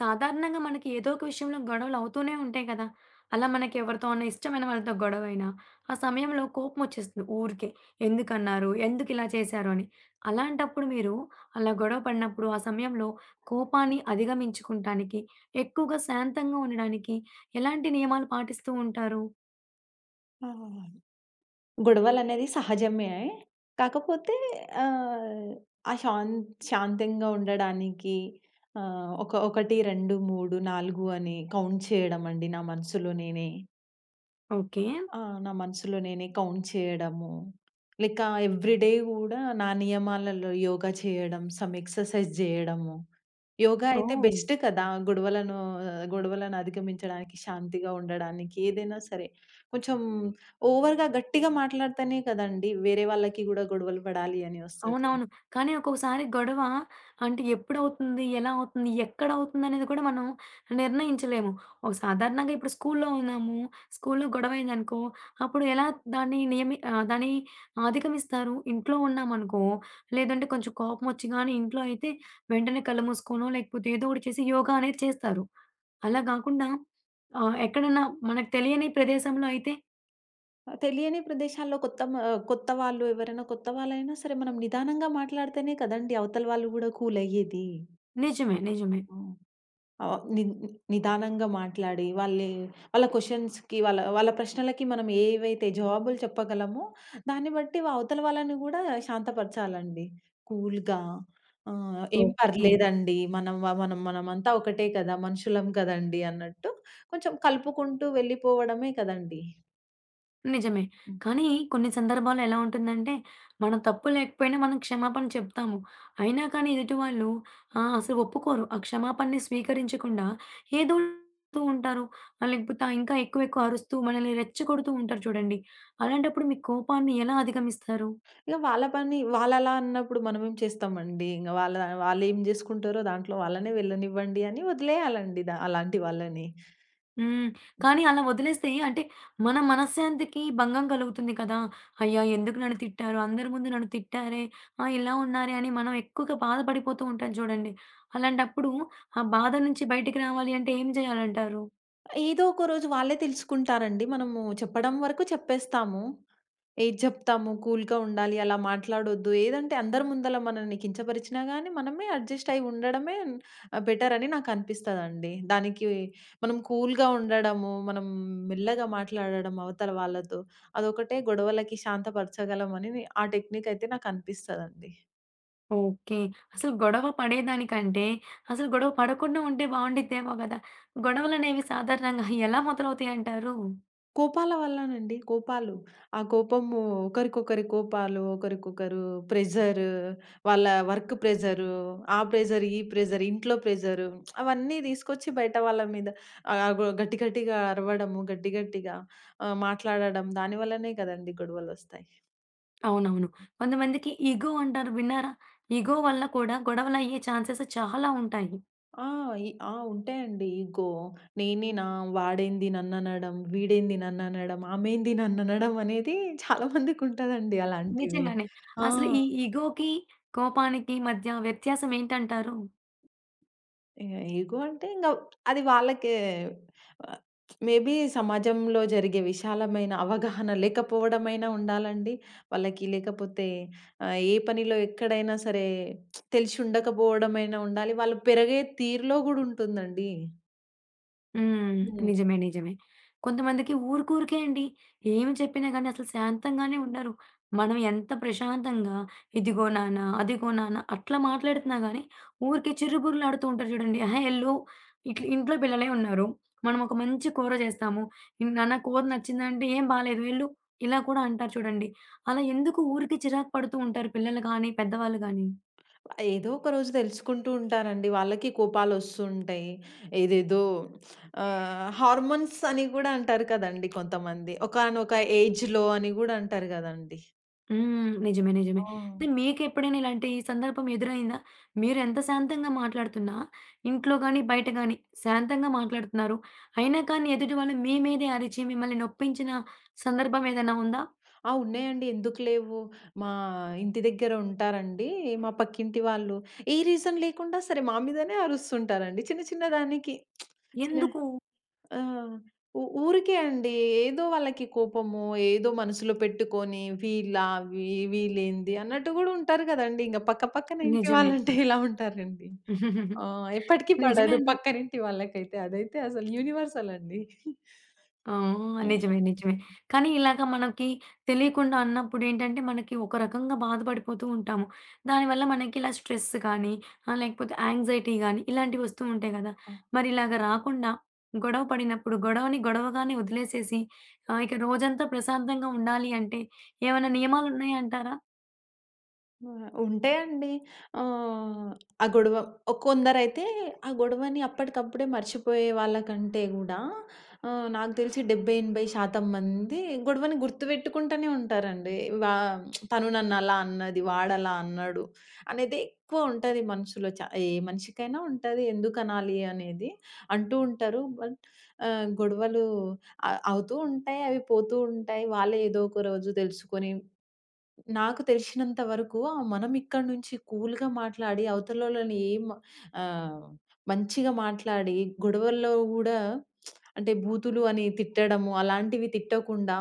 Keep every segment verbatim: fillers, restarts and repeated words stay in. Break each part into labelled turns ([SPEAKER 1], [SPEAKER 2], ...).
[SPEAKER 1] సాధారణంగా మనకి ఏదో ఒక విషయంలో గొడవలు అవుతూనే ఉంటాయి కదా! అలా మనకి ఎవరితో అన్నా ఇష్టమైన వాళ్ళతో గొడవైనా, ఆ సమయంలో కోపం వచ్చేస్తుంది ఊరికే. ఎందుకన్నారు? ఎందుకు ఇలా చేశారు అని. అలాంటప్పుడు మీరు అలా గొడవ పడినప్పుడు ఆ సమయంలో కోపాన్ని అధిగమించుకుంటానికి, ఎక్కువగా శాంతంగా ఉండడానికి ఎలాంటి నియమాలు పాటిస్తూ ఉంటారు?
[SPEAKER 2] ఆ! గొడవలనేది సహజమే. కాకపోతే ఆహ్, ఆ శాం శాంతంగా ఉండడానికి ఆహ్, ఒక ఒకటి, రెండు, మూడు, నాలుగు అని కౌంట్ చేయడమండి నా మనసులో నేనే.
[SPEAKER 1] ఓకే.
[SPEAKER 2] ఆ! నా మనసులో నేనే కౌంట్ చేయడము, లేక ఎవ్రి డే గూడా నా నియమాలలో యోగా చేయడం, సమ్ ఎక్సర్‌సైజ్ జేయడము. యోగా అయితే
[SPEAKER 1] ఓహ్!
[SPEAKER 2] బెస్ట్ కదా! గొడవలను గొడవలను అధిగమించడానికి, శాంతిగా ఉండడానికి ఏదైనా సరే. కొంచెం ఓవర్‌గా గట్టిగా మాట్లాడితేనే కదండీ వేరే వాళ్ళకి గూడా గొడవలు పడాలి అని ఒస్తది.
[SPEAKER 1] అవునవును. కానీ ఒక్కొక్కసారి గొడవ అంటే ఎప్పుడవుతుంది? ఎలా అవుతుంది? ఎక్కడవుతుందనేది కూడా మనం నిర్ణయించలేము. ఒక సాధారణంగా ఇప్పుడు స్కూల్లో ఉన్నాము. స్కూల్లో గొడవయిందనుకో, అప్పుడు ఎలా దాన్ని నియమి ఆహ్, దాన్ని అధిగమిస్తారు? ఇంట్లో ఉన్నామనుకో, లేదంటే కొంచెం కోపమొచ్చి గాని ఇంట్లో అయితే వెంటనే కళ్ళు మూసుకోనో, లేకపోతే ఏదో ఒకటి చేసి యోగా అనేది చేస్తారు. అలా గాకుండా ఆహ్, ఎక్కడన్నా మనకు తెలియని ప్రదేశంలో అయితే
[SPEAKER 2] ఆహ్, తెలియని ప్రదేశాల్లో కొత్త మ కొత్త వాళ్ళు ఎవరైనా కొత్త వాళ్ళైనా సరే మనం నిదానంగా మాట్లాడితేనే కదండీ అవతల వాళ్ళు గూడా కూల్ అయ్యేది.
[SPEAKER 1] నిజమే. నిజమే.
[SPEAKER 2] హ్మ్. ఆహ్, ని నిదానంగా మాట్లాడి వాళ్ళే వాళ్ళ క్వెషన్స్‌కి వాళ్ళ వాళ్ళ ప్రశ్నలకి మనం ఏవైతే జవాబులు చెప్పగలమో దాన్ని బట్టి వా- అవతల వాళ్ళని గూడా శాంతపరచాలండి. కూల్‌గా ఆహ్,
[SPEAKER 1] ఓకే.
[SPEAKER 2] "ఏం
[SPEAKER 1] ఓకే.
[SPEAKER 2] పర్లేదండి. మనం వ మనం మనమంతా ఒకటే కదా! మనుషులం కదండీ" అన్నట్టు కొంచెం కలుపుకుంటూ వెళ్ళిపోవడమే కదండీ!
[SPEAKER 1] నిజమే.
[SPEAKER 2] హ్మ్.
[SPEAKER 1] కానీ కొన్ని సందర్భాల్లో ఎలా ఉంటుందంటే, మన తప్పు లేకపోయినా మనం క్షమాపణ చెప్తాము. అయినా కానీ ఎదుటి వాళ్ళు ఆహ్, అసలు ఒప్పుకోరు. ఆ క్షమాపణని స్వీకరించకుండా ఏదో అంటూ ఉంటారు. ఆహ్, లేకపోతే ఆ ఇంకా ఎక్కువ ఎక్కువ అరుస్తూ మనల్ని రెచ్చగొడుతూ ఉంటారు చూడండి. అలాంటప్పుడు మీ కోపాన్ని ఎలా అధిగమిస్తారు?
[SPEAKER 2] ఇగ వాళ్ళ పని వాళ్ళలా అన్నప్పుడు మనమేం చేస్తామండి. ఇంగ వాళ్ళ వాళ్ళేం జేసుకుంటారో దాంట్లో వాళ్ళనే వెళ్ళనివ్వండి అని వదిలేయాలండి ద అలాంటి వాళ్ళని.
[SPEAKER 1] హ్మ్. కానీ అలా వదిలేస్తే అంటే మన మనశ్శాంతికి భంగం కలుగుతుంది కదా! అయ్యా! ఎందుకు నన్ను తిట్టారు? అందరి ముందు నన్ను తిట్టారే, ఆహ్, ఇలా ఉన్నారే అని మనం ఎక్కువగా బాధపడిపోతూ ఉంటాం చూడండి. అలాంటప్పుడు ఆ బాధ నుంచి బయటికి రావాలి అంటే ఏం చేయాలంటారు?
[SPEAKER 2] ఏదో ఒక రోజు వాళ్ళే తెలుసుకుంటారండి. మనము చెప్పడం వరకు చెప్పేస్తాము. ఏది చెప్తాము, కూల్‌గా ఉండాలి, అలా మాట్లాడొద్దు. ఏదంటే అందరి ముందల మనల్ని కించపరిచినా గానీ, మనమే అడ్జస్ట్ అయ్యి ఉండడమే ఆహ్, బెటర్ అని నాకనిపిస్తదండి. దానికి మనం కూల్‌గా ఉండడము, మనం మెల్లగా మాట్లాడడం అవతల వాళ్ళతో, అదొకటే గొడవలకి శాంతపరచగలమని నే ఆ టెక్నిక్ అయితే నాకనిపిస్తదండి.
[SPEAKER 1] ఓకే. అసలు గొడవ పడేదానికంటే అసలు గొడవ పడకుండా ఉంటే బావుండిద్దేమో గదా! గొడవలనేవి సాధారణంగా ఎలా మొదలవుతాయంటారు?
[SPEAKER 2] కోపాల వల్లనండి. కోపాలు. ఆ కోపము ఒకరికొకరి కోపాలు, ఒకరికొకరు ప్రెజరు, వాళ్ళ వర్క్ ప్రెజరు, ఆ ప్రెజర్, ఈ ప్రెజర్, ఇంట్లో ప్రెజరు అవన్నీ తీసుకొచ్చి బయట వాళ్ళ మీద ఆహ్, గొ గట్టి గట్టిగా అరవడము, గట్టి గట్టిగా ఆహ్, మాట్లాడడం దాని వల్లనే కదండీ గొడవలొస్తాయి.
[SPEAKER 1] అవునవును. కొంతమందికి ఇగో అంటారు విన్నారా? ఇగో వల్ల కూడా గొడవలయ్యే ఛాన్సెస్ చాలా ఉంటాయి.
[SPEAKER 2] ఆ! ఈ ఆ! ఉంటాయండి ఈగో. నేనేనా, వాడేంది నన్ననడం, వీడేంది నన్ననడం, ఆమేంది నన్ననడం అనేది చాలా మందికుంటదండి అలాంటివి.
[SPEAKER 1] నిజంగానే.
[SPEAKER 2] ఆ!
[SPEAKER 1] అసలు ఈ ఇగోకి, కోపానికి మధ్య వ్యత్యాసం ఏంటంటారు?
[SPEAKER 2] ఇగ ఈగో అంటే ఇంగ అది వాళ్ళకే ఆహ్, మేబీ సమాజంలో జరిగే విశాలమైన అవగాహన లేకపోవడమైనా ఉండాలండి. వాళ్ళకి లేకపోతే ఆహ్, ఏ పనిలో ఎక్కడైనా సరే తెలిసి ఉండకపోవడమైనా ఉండాలి. వాళ్ళు పెరిగే తీరులో గూడా ఉంటుందండి.
[SPEAKER 1] హ్మ్.
[SPEAKER 2] హ్మ్.
[SPEAKER 1] నిజమే. నిజమే. కొంతమందికి ఊరుకూరికే అండి. ఏమి చెప్పినా గాని అసలు శాంతంగానే ఉండరు. మనం ఎంత ప్రశాంతంగా ఇదిగో నాన్న, అదిగో నాన్న అట్లా మాట్లాడుతున్నా గాని ఊరికే చిరుబుర్రులాడుతూ ఉంటారు చూడండి. "అహా! ఎళ్ళు" ఇట్లా ఇంట్లో పిల్లలే ఉన్నారు. మనం ఒక మంచి కూర చేస్తాము. "ఇన్ నాన్న కూర నచ్చిందంటే" "ఏం బాలేదు ఎళ్ళు" ఇలా కూడా అంటారు చూడండి. అలా ఎందుకు ఊరికే చిరాకు పడుతూ ఉంటారు పిల్లలు గాని, పెద్దవాళ్ళు గాని?
[SPEAKER 2] ఏదో ఒక రోజు తెలుసుకుంటూ ఉంటారండి. వాళ్ళకి కోపాలొస్తూ ఉంటాయి. ఏదేదో ఆహ్, హార్మోన్స్ అని గూడా అంటారు కదండీ కొంతమంది. ఒకానొక ఏజ్‌లో అని గూడా అంటారు గదండీ.
[SPEAKER 1] హ్మ్. నిజమే. నిజమే.
[SPEAKER 2] ఆ!
[SPEAKER 1] మరి మీకెప్పుడైనా ఇలాంటి సందర్భం ఎదురైందా? మీరెంత శాంతంగా మాట్లాడుతున్నా, ఇంట్లో గాని, బయట గాని శాంతంగా మాట్లాడుతున్నారు. అయినా కానీ ఎదుటి వాళ్ళు మీ మీదే అరిచి మిమ్మల్ని నొప్పించిన సందర్భం ఏదైనా ఉందా?
[SPEAKER 2] ఆ! ఉన్నాయండి. ఎందుకు లేవు. మా ఇంటి దగ్గర ఉంటారండి. మా పక్కింటి వాళ్ళు ఏ రీజన్ లేకుండా సరే మా మీదనే అరుస్తుంటారండి. చిన్న చిన్న దానికి. చిన్న
[SPEAKER 1] ఎందుకు?
[SPEAKER 2] ఆ! ఊ ఊరికే అండి. ఏదో వాళ్ళకి కోపమో, ఏదో మనసులో పెట్టుకొని వీళ్ళా వీ వీళ్ళేంది అన్నట్టు గూడా ఉంటారు గదండీ. ఇంక పక్క పక్కన ఇంటి
[SPEAKER 1] నిజమే.
[SPEAKER 2] వాళ్ళంటే ఎలా ఉంటారండి. ఆ! ఎప్పటికి
[SPEAKER 1] నిజమే
[SPEAKER 2] పడదు
[SPEAKER 1] అండి.
[SPEAKER 2] పక్కనింటి వాళ్ళకైతే. అదైతే అసలు యూనివర్సల్ అండి.
[SPEAKER 1] ఆ!
[SPEAKER 2] హ్మ్.
[SPEAKER 1] నిజమే. నిజమే. కానీ ఇలాగ మనకి తెలియకుండా అన్నప్పుడు ఏంటంటే, మనకి ఒక రకంగా బాధపడిపోతూ ఉంటాము. దానివల్ల మనకి ఇలా స్ట్రెస్ గానీ, ఆహ్, లేకపోతే యాంగ్జైటీ గానీ, ఇలాంటివి వస్తూ ఉంటాయి గదా!
[SPEAKER 2] ఆ!
[SPEAKER 1] మరి ఇలాగ రాకుండా గొడవ పడినప్పుడు, గొడవని గొడవగానే వదిలేసేసి ఆహ్, ఇక రోజంతా ప్రశాంతంగా ఉండాలి అంటే ఏమైనా నియమాలున్నాయంటారా?
[SPEAKER 2] ఆహా! ఉంటాయండి. ఆహ్, ఆ గొడవ ఒ కొందరైతే ఆ గొడవని అప్పటికప్పుడే మర్చిపోయే వాళ్ళకంటే గూడా ఆహ్, నాకు తెలిసి డెబ్బై, ఎనభై శాతం మంది గొడవని గుర్తుపెట్టుకుంటూనే ఉంటారండి. వా తను నన్నలా అన్నది, వాడలా అన్నాడు అనేది ఎక్కువ ఉంటది మనసులో. చ ఏ మనిషికైనా ఉంటది. ఎందుకనాలి అనేది అంటూ ఉంటారు. బట్ ఆహ్, గొడవలు అ అవుతూ ఉంటాయి. అవి పోతూ ఉంటాయి. వాళ్ళే ఏదో ఒక రోజు తెలుసుకొని నాకు తెలిసినంత వరకు ఆ మనం ఇక్కడి నుంచి కూల్‌గా మాట్లాడి అవతలోళ్ళని ఏం ఆహ్, మంచిగా మాట్లాడి గొడవల్లో గూడా అంటే బూతులు అని తిట్టడము అలాంటివి తిట్టకుండా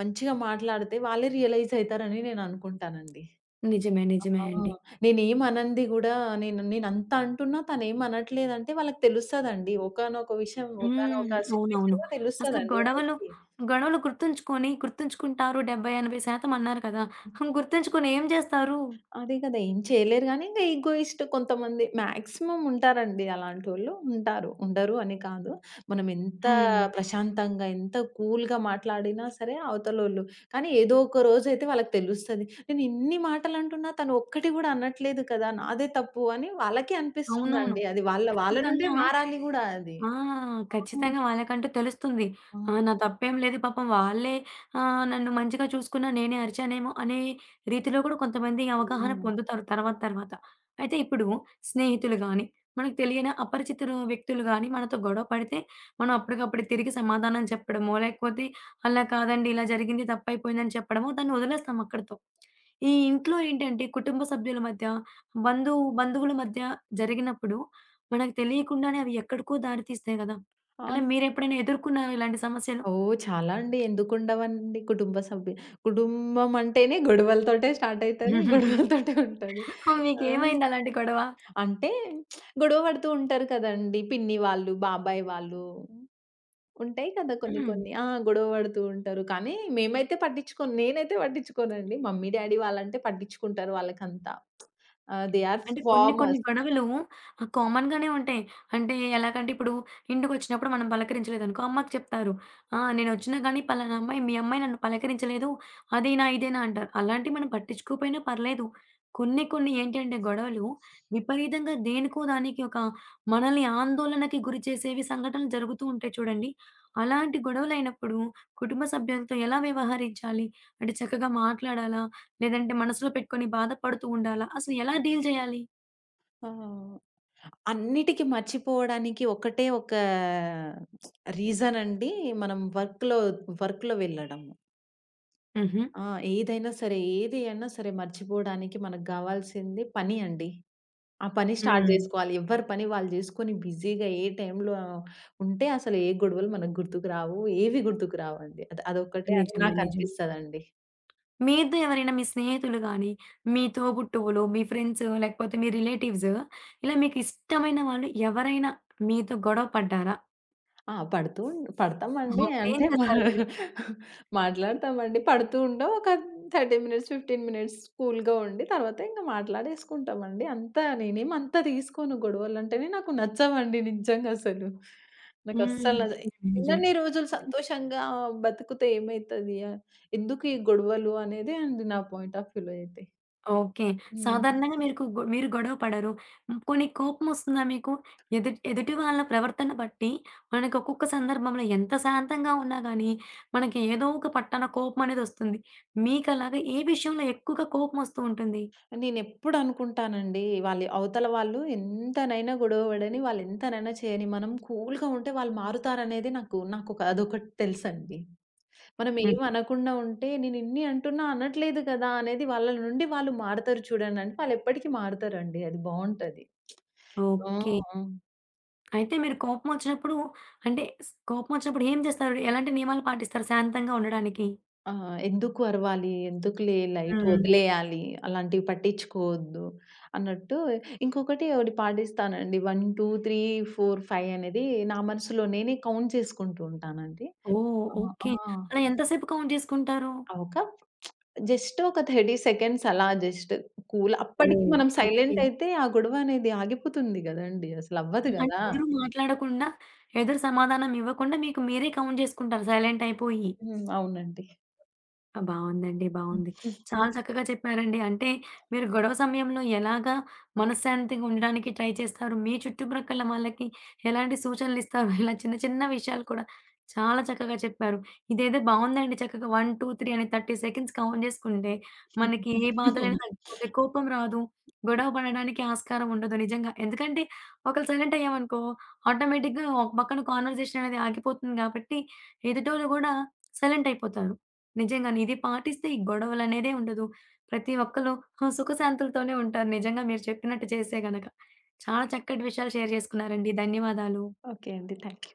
[SPEAKER 2] మంచిగా మాట్లాడితే వాళ్ళే రియలైజ్ అయితారని నేను అనుకుంటానండి.
[SPEAKER 1] నిజమే. నిజమే
[SPEAKER 2] ఆ!
[SPEAKER 1] అండి.
[SPEAKER 2] నేనేం అనంది గూడా నేను నేనంత అంటున్నా తనేం అనట్లేదంటే వాళ్ళకి తెలుస్తదండి. ఒకానొక విషయం
[SPEAKER 1] హ్మ్.
[SPEAKER 2] ఒకానొక
[SPEAKER 1] అవునవును.
[SPEAKER 2] సిట్యుయేషన్‌లో
[SPEAKER 1] అసలు
[SPEAKER 2] తెలుస్తదండి
[SPEAKER 1] గొడవలు,
[SPEAKER 2] వాళ్ళకి.
[SPEAKER 1] గొడవలు గుర్తుంచుకొని గుర్తుంచుకుంటారు డెబ్బై, ఎనభై శాతం అన్నారు కదా! గుర్తుంచుకొని ఏం జేస్తారు?
[SPEAKER 2] అదే కదా! ఏం చేయలేరు గానీ, ఇంకా ఈగోయిస్ట్ కొంతమంది మాక్సిమమ్ ఉంటారండి అలాంటోళ్ళు. ఉంటారు. ఉండరు అని కాదు. మనం ఎంత
[SPEAKER 1] హ్మ్.
[SPEAKER 2] ప్రశాంతంగా, ఎంత కూల్‌గా మాట్లాడినా సరే అవతలోళ్ళు. కానీ ఏదో ఒక రోజైతే వాళ్ళకి తెలుస్తది. నేను ఇన్ని మాటలంటున్నా తను ఒక్కటి గూడా అనట్లేదు కదా! నాదే తప్పు అని వాళ్ళకే
[SPEAKER 1] అవునవును.
[SPEAKER 2] అనిపిస్తుందండి. అది వాళ్ళ వాళ్ళ నుండే
[SPEAKER 1] ఖచ్చితంగా
[SPEAKER 2] మారాలి గూడా అది.
[SPEAKER 1] ఆ!
[SPEAKER 2] ఆ!
[SPEAKER 1] ఖచ్చితంగా వాళ్ళకంటూ తెలుస్తుంది.
[SPEAKER 2] ఆ!
[SPEAKER 1] ఆ! నా తప్పేం లేదు పాపం వాళ్ళే ఆహ్, నన్ను మంచిగా చూసుకున్నా నేనే అరిచానేమో అనే రీతిలో కూడా కొంతమంది
[SPEAKER 2] ఆ!
[SPEAKER 1] అవగాహన పొందుతారు తర్వాత తర్వాత. అయితే ఇప్పుడు స్నేహితులు గాని, మనకు తెలియని అపరిచితులు వ్యక్తులు గాని మనతో గొడవ పడితే మనం అప్పటికప్పుడు తిరిగి సమాధానం చెప్పడమో, లేకపోతే అలా కాదండి ఇలా జరిగింది తప్పైపోయిందని చెప్పడమో దాన్ని వదిలేస్తాం అక్కడితో. ఈ ఇంట్లో ఏంటంటే కుటుంబ సభ్యుల మధ్య, బంధువు బంధువుల మధ్య జరిగినప్పుడు మనకు తెలియకుండానే అవి ఎక్కడికో దారి తీస్తాయి గదా!
[SPEAKER 2] ఆ!
[SPEAKER 1] అలా మీరెప్పుడైనా ఎదుర్కున్నారా ఇలాంటి సమస్యలు?
[SPEAKER 2] ఓహ్! చాలా అండి. ఎందుకుండవండి? కుటుంబ సభ్యు కుటుంబం అంటేనే గొడవలతోటే స్టార్ట్ అయితది. గొడవలతోటే ఉంటది. ఆ!
[SPEAKER 1] మీకేమైంది అలాంటి గొడవ?
[SPEAKER 2] అంటే గొడవ పడుతూ ఉంటారు కదండీ! పిన్ని వాళ్ళు, బాబాయ్ వాళ్ళు. ఉంటాయి కదా! కొన్ని కొన్ని. ఆ! గొడవ పడుతూ ఉంటారు. కానీ మేమైతే పట్టించుకోను. నేనైతే పట్టించుకోనండి. మమ్మీ, డ్యాడీ వాళ్ళంటే పట్టించుకుంటారు వాళ్ళకంతా. ఆహ్, దే ఆర్
[SPEAKER 1] అంటే కొన్ని కొన్ని
[SPEAKER 2] ఫార్మర్స్.
[SPEAKER 1] గొడవలు ఆహ్, కామన్‌గానే ఉంటాయి. అంటే ఎలాగంటే ఇప్పుడు ఇంటికొచ్చినప్పుడు మనం పలకరించలేదనుకో అమ్మకి చెప్తారు. "ఆ! నేనొచ్చినా గానీ పలానా అమ్మాయి మీ అమ్మాయి నన్ను పలకరించలేదు. అదేనా ఇదేనా" అంటారు. అలాంటివి మనం పట్టించుకోపోయినా పర్లేదు. కొన్ని కొన్ని ఏంటంటే గొడవలు విపరీతంగా దేనికో దానికి ఒక మనల్ని ఆందోళనకి గురి చేసేవి సంఘటనలు జరుగుతూ ఉంటాయి చూడండి. అలాంటి గొడవలైనప్పుడు కుటుంబ సభ్యులతో ఎలా వ్యవహరించాలి? అంటే చక్కగా మాట్లాడాలా? లేదంటే మనసులో పెట్టుకొని బాధపడుతూ ఉండాలా? అసలు ఎలా డీల్ చేయాలి?
[SPEAKER 2] ఆ! అన్నిటికి మర్చిపోవడానికి ఒకటే ఒక రీజన్ అండి. మనం వర్క్‌లో, వర్క్‌లో వెళ్ళడం.
[SPEAKER 1] హుహు.
[SPEAKER 2] ఆ! ఏదైనా సరే, ఏది అయినా సరే మర్చిపోవడానికి మనకు గావాల్సింది పని అండి. ఆ పని స్టార్ట్ హ్మ్.
[SPEAKER 1] హ్మ్.
[SPEAKER 2] జేసుకోవాలి. ఎవ్వరి పని వాళ్ళు జేసుకొని బిజీగా ఏ టైంలో ఉంటే అసలు ఏ గొడవలు మనకు గుర్తుకు రావు. ఏవి గుర్తుకు రావండి. అది అదొక్కటే అని
[SPEAKER 1] నిజమే.
[SPEAKER 2] నాకు
[SPEAKER 1] నిజమే.
[SPEAKER 2] అనిపిస్తదండి.
[SPEAKER 1] మీతో ఎవరైనా మీ స్నేహితులు గాని, మీ తోబుట్టువులు, మీ ఫ్రెండ్స్ లేకపోతే మీ రిలేటివ్స్ ఇలా మీకు ఇష్టమైన వాళ్ళు ఎవరైనా మీతో గొడవ పడ్డారా?
[SPEAKER 2] ఆ! పడుతూ పడతామండి.
[SPEAKER 1] అప్పుడేం
[SPEAKER 2] అంటే మా
[SPEAKER 1] చేస్తారు మీరు?
[SPEAKER 2] మాట్లాడతామండి. పడుతూ ఉంటాం. ఒక ముప్పై మినిట్స్, పదిహేను మినిట్స్ కూల్‌గా ఉండి తర్వాత ఇంక మాట్లాడేసుకుంటామండి. అంతా నేనేమి అంత తీసుకోను. గొడవలంటేనే నాకు నచ్చవండి నిజంగసలు.
[SPEAKER 1] హ్మ్.
[SPEAKER 2] నాకస్సలు హ్మ్. నచ్చ
[SPEAKER 1] నిజమే. నిజమే.
[SPEAKER 2] ఉన్నన్ని రోజులు సంతోషంగా బతికితే ఏమైతది? ఎందుకు ఈ గొడవలు అనేదే అండి నా పాయింట్ ఆఫ్ వ్యూలో అయితే.
[SPEAKER 1] ఓకే.
[SPEAKER 2] హ్మ్.
[SPEAKER 1] సాధారణంగా మీరుకు గొ మీరు గొడవ పడరు. హ్మ్. పోనీ కోపమొస్తుందా మీకు? ఎదుటి ఎదుటి వాళ్ళ ప్రవర్తన బట్టి మనకు ఒక్కొక్క సందర్భంలో ఎంత శాంతంగా ఉన్నా గానీ, మనకి ఏదో ఒక పట్టాన కోపమనేదొస్తుంది. మీకలాగా ఏ విషయంలో ఎక్కువగా కోపమొస్తూ ఉంటుంది?
[SPEAKER 2] నేనెప్పుడు అనుకుంటానండి. వాళ్ళు అవతల వాళ్ళు ఎంతనైనా గొడవ పడని, వాళ్ళు ఎంతనైనా చేయని, మనం కూల్‌గా ఉంటే వాళ్ళు మారుతారనేది నాకు నాకొక అదొకటి తెలుసండి. మనం
[SPEAKER 1] హుహు.
[SPEAKER 2] ఏం అనకుండా ఉంటే, నేను ఇన్ని అంటున్నా అనట్లేదు కదా! అనేది వాళ్ళ నుండి వాళ్ళు మారతారు చూడండంటే, వాళ్ళెప్పటికి మారతారండి. అది బావుంటది. ఆ!
[SPEAKER 1] ఓకే.
[SPEAKER 2] ఆ!
[SPEAKER 1] అయితే మీరు కోపమొచ్చినప్పుడు అంటే స్ కోపమొచ్చినప్పుడు ఏం చేస్తారు? ఎలాంటి నియమాలు పాటిస్తారు శాంతంగా ఉండడానికి?
[SPEAKER 2] ఆ! ఎందుకు అరవాలి? ఎందుకులే లైట్
[SPEAKER 1] హ్మ్.
[SPEAKER 2] వదిలేయాలి. అలాంటివి పట్టించుకోవద్దు అన్నట్టు ఇంకొకటి ఒకటి పాటిస్తానండి. ఒకటి, రెండు, మూడు, నాలుగు, ఐదు అనేది నా మనసులో నేనే కౌంట్ చేసుకుంటూ ఉంటానండి.
[SPEAKER 1] ఓహ్!
[SPEAKER 2] ఆ! ఆ!
[SPEAKER 1] ఓకే. అలా ఎంత సేపు కౌంట్ జేసుకుంటారు?
[SPEAKER 2] ఆ! ఒక జస్ట్ ఒక ముప్పై సెకండ్స్ అలా జస్ట్ కూల్ అప్పటికి
[SPEAKER 1] ఓహ్!
[SPEAKER 2] మనం
[SPEAKER 1] ఓకే.
[SPEAKER 2] సైలెంట్ అయితే ఆ గొడవ అనేది ఆగిపోతుంది గదండీ! అసలు అవ్వదు
[SPEAKER 1] అంటే
[SPEAKER 2] గదా!
[SPEAKER 1] ఎదురు మాట్లాడకుండా, ఎదురు సమాధానం ఇవ్వకుండా మీకు మీరే కౌంట్ జేసుకుంటారు సైలెంట్ అయిపోయి.
[SPEAKER 2] హ్మ్. అవునండి.
[SPEAKER 1] ఆ! బావుందండి. బావుంది.
[SPEAKER 2] హ్మ్.
[SPEAKER 1] చాలా చక్కగా చెప్పారండి. అంటే మీరు గొడవ సమయంలో ఎలాగా మనశ్శాంతిగా ఉండడానికి ట్రై చేస్తారు? మీ చుట్టుప్రక్కల వాళ్ళకి ఎలాంటి సూచనలిస్తారు? ఇలా చిన్న చిన్న విషయాలు కూడా చాలా చక్కగా చెప్పారు. ఇదేదో బావుందండి. చక్కగా ఒకటి, రెండు, మూడు అని ముప్పై సెకండ్స్ కౌంట్ చేసుకుంటే మనకి ఏ బాధలైనా తగ్గిపోతాయి. కోపం రాదు. గొడవ పడడానికి ఆస్కారం ఉండదు నిజంగా. ఎందుకంటే ఒకళ్ళు సైలెంట్ అయ్యామనుకో ఆటోమేటిక్‌గా ఒక పక్కన కాన్వర్జేషన్ అనేది ఆగిపోతుంది కాబట్టి ఎదుటోళ్ళు గూడా సైలెంట్ అయిపోతారు. నిజంగానే. ఇది పాటిస్తే ఈ గొడవలనేదే ఉండదు. ప్రతి ఒక్కళ్ళు ఆహ్, సుఖశాంతులతోనే ఉంటారు నిజంగా మీరు చెప్పినట్టు చేస్తే గనక. చాలా చక్కటి విషయాలు షేర్ చేసుకున్నారండి. ధన్యవాదాలు.
[SPEAKER 2] ఓకే అండి. థాంక్యూ.